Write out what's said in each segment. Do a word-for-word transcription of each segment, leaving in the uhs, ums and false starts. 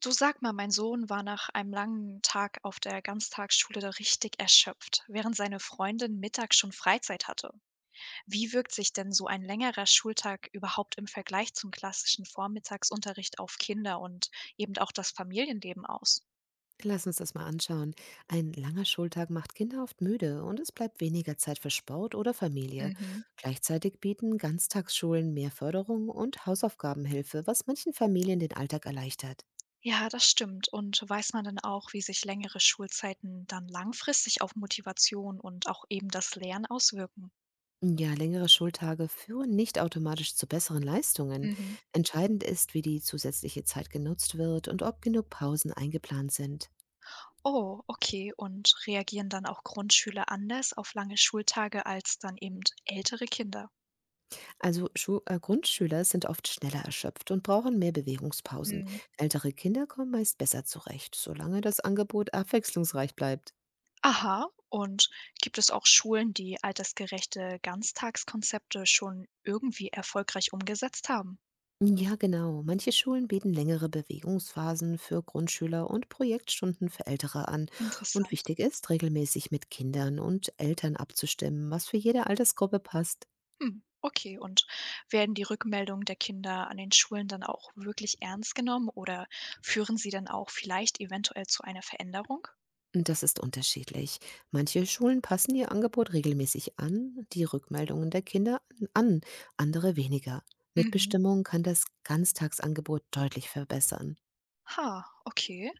Du sag mal, mein Sohn war nach einem langen Tag auf der Ganztagsschule da richtig erschöpft, während seine Freundin mittags schon Freizeit hatte. Wie wirkt sich denn so ein längerer Schultag überhaupt im Vergleich zum klassischen Vormittagsunterricht auf Kinder und eben auch das Familienleben aus? Lass uns das mal anschauen. Ein langer Schultag macht Kinder oft müde und es bleibt weniger Zeit für Sport oder Familie. Mhm. Gleichzeitig bieten Ganztagsschulen mehr Förderung und Hausaufgabenhilfe, was manchen Familien den Alltag erleichtert. Ja, das stimmt. Und weiß man dann auch, wie sich längere Schulzeiten dann langfristig auf Motivation und auch eben das Lernen auswirken? Ja, längere Schultage führen nicht automatisch zu besseren Leistungen. Mhm. Entscheidend ist, wie die zusätzliche Zeit genutzt wird und ob genug Pausen eingeplant sind. Oh, okay. Und reagieren dann auch Grundschüler anders auf lange Schultage als dann eben ältere Kinder? Also Schu äh, Grundschüler sind oft schneller erschöpft und brauchen mehr Bewegungspausen. Mhm. Ältere Kinder kommen meist besser zurecht, solange das Angebot abwechslungsreich bleibt. Aha. Und gibt es auch Schulen, die altersgerechte Ganztagskonzepte schon irgendwie erfolgreich umgesetzt haben? Ja, genau. Manche Schulen bieten längere Bewegungsphasen für Grundschüler und Projektstunden für Ältere an. Und Interessant. wichtig ist, regelmäßig mit Kindern und Eltern abzustimmen, was für jede Altersgruppe passt. Hm, okay. Und werden die Rückmeldungen der Kinder an den Schulen dann auch wirklich ernst genommen oder führen sie dann auch vielleicht eventuell zu einer Veränderung? Das ist unterschiedlich. Manche Schulen passen ihr Angebot regelmäßig an, die Rückmeldungen der Kinder an, andere weniger. Mhm. Mitbestimmung kann das Ganztagsangebot deutlich verbessern. Ha, okay.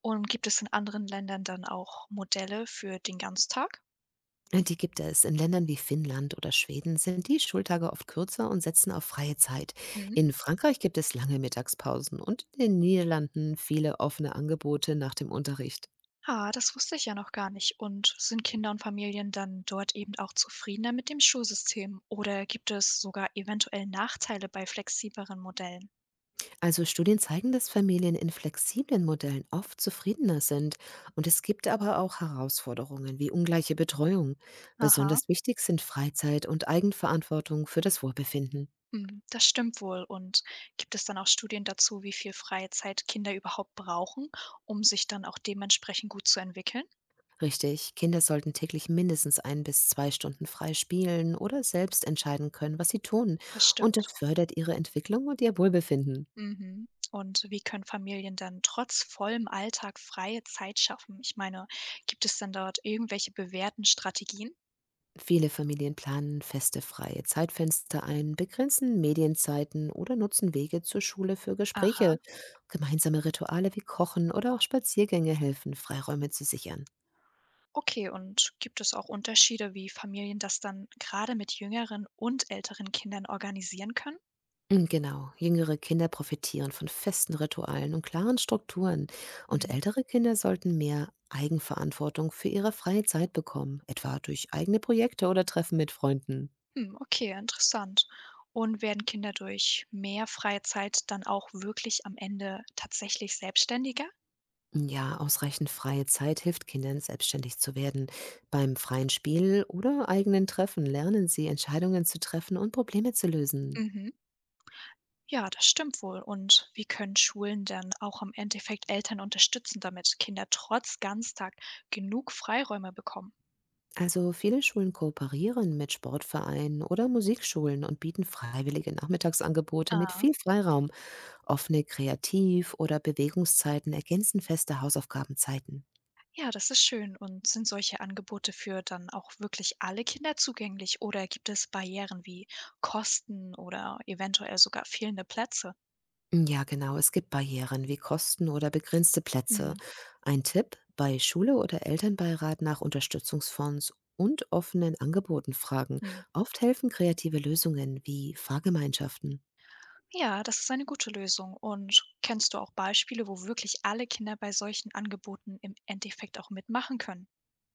Und gibt es in anderen Ländern dann auch Modelle für den Ganztag? Die gibt es. In Ländern wie Finnland oder Schweden sind die Schultage oft kürzer und setzen auf freie Zeit. Mhm. In Frankreich gibt es lange Mittagspausen und in den Niederlanden viele offene Angebote nach dem Unterricht. Ah, das wusste ich ja noch gar nicht. Und sind Kinder und Familien dann dort eben auch zufriedener mit dem Schulsystem? Oder gibt es sogar eventuell Nachteile bei flexibleren Modellen? Also Studien zeigen, dass Familien in flexiblen Modellen oft zufriedener sind. Und es gibt aber auch Herausforderungen wie ungleiche Betreuung. Aha, Besonders wichtig sind Freizeit und Eigenverantwortung für das Wohlbefinden. hm, das stimmt wohl. Und gibt es dann auch Studien dazu, wie viel freie Zeit Kinder überhaupt brauchen, um sich dann auch dementsprechend gut zu entwickeln? Richtig, Kinder sollten täglich mindestens ein bis zwei Stunden frei spielen oder selbst entscheiden können, was sie tun. Das Und stimmt. das fördert ihre Entwicklung und ihr Wohlbefinden. Mhm. Und wie können Familien dann trotz vollem Alltag freie Zeit schaffen? Ich meine, gibt es denn dort irgendwelche bewährten Strategien? Viele Familien planen feste freie Zeitfenster ein, begrenzen Medienzeiten oder nutzen Wege zur Schule für Gespräche. Aha. Gemeinsame Rituale wie Kochen oder auch Spaziergänge helfen, Freiräume zu sichern. Okay, und gibt es auch Unterschiede, wie Familien das dann gerade mit jüngeren und älteren Kindern organisieren können? Und genau, jüngere Kinder profitieren von festen Ritualen und klaren Strukturen und Mhm. ältere Kinder sollten mehr Eigenverantwortung für ihre freie Zeit bekommen, etwa durch eigene Projekte oder Treffen mit Freunden. Hm, okay, interessant. Und werden Kinder durch mehr freie Zeit dann auch wirklich am Ende tatsächlich selbstständiger? Ja, ausreichend freie Zeit hilft Kindern, selbstständig zu werden. Beim freien Spiel oder eigenen Treffen lernen sie, Entscheidungen zu treffen und Probleme zu lösen. Mhm. Ja, das stimmt wohl. Und wie können Schulen denn auch im Endeffekt Eltern unterstützen, damit Kinder trotz Ganztag genug Freiräume bekommen? Also viele Schulen kooperieren mit Sportvereinen oder Musikschulen und bieten freiwillige Nachmittagsangebote mit Ah. viel Freiraum. Offene Kreativ- oder Bewegungszeiten ergänzen feste Hausaufgabenzeiten. Ja, das ist schön. Und sind solche Angebote für dann auch wirklich alle Kinder zugänglich oder gibt es Barrieren wie Kosten oder eventuell sogar fehlende Plätze? Ja, genau. Es gibt Barrieren wie Kosten oder begrenzte Plätze. Mhm. Ein Tipp, bei Schule oder Elternbeirat nach Unterstützungsfonds und offenen Angeboten fragen. Mhm. Oft helfen kreative Lösungen wie Fahrgemeinschaften. Ja, das ist eine gute Lösung. Und kennst du auch Beispiele, wo wirklich alle Kinder bei solchen Angeboten im Endeffekt auch mitmachen können?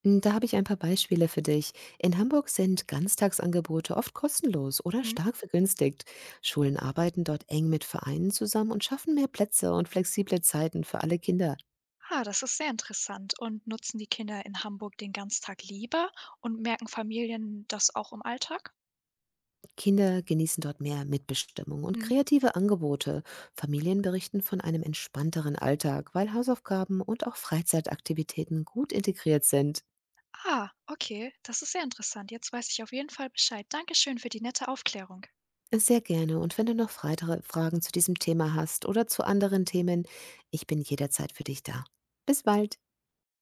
Mm, Da habe ich ein paar Beispiele für dich. In Hamburg sind Ganztagsangebote oft kostenlos oder stark vergünstigt. Schulen arbeiten dort eng mit Vereinen zusammen und schaffen mehr Plätze und flexible Zeiten für alle Kinder. Ah, das ist sehr interessant. Und nutzen die Kinder in Hamburg den Ganztag lieber und merken Familien das auch im Alltag? Kinder genießen dort mehr Mitbestimmung und Mhm. kreative Angebote. Familien berichten von einem entspannteren Alltag, weil Hausaufgaben und auch Freizeitaktivitäten gut integriert sind. Ah, okay, das ist sehr interessant. Jetzt weiß ich auf jeden Fall Bescheid. Dankeschön für die nette Aufklärung. Sehr gerne. Und wenn du noch weitere Fragen zu diesem Thema hast oder zu anderen Themen, ich bin jederzeit für dich da. Bis bald.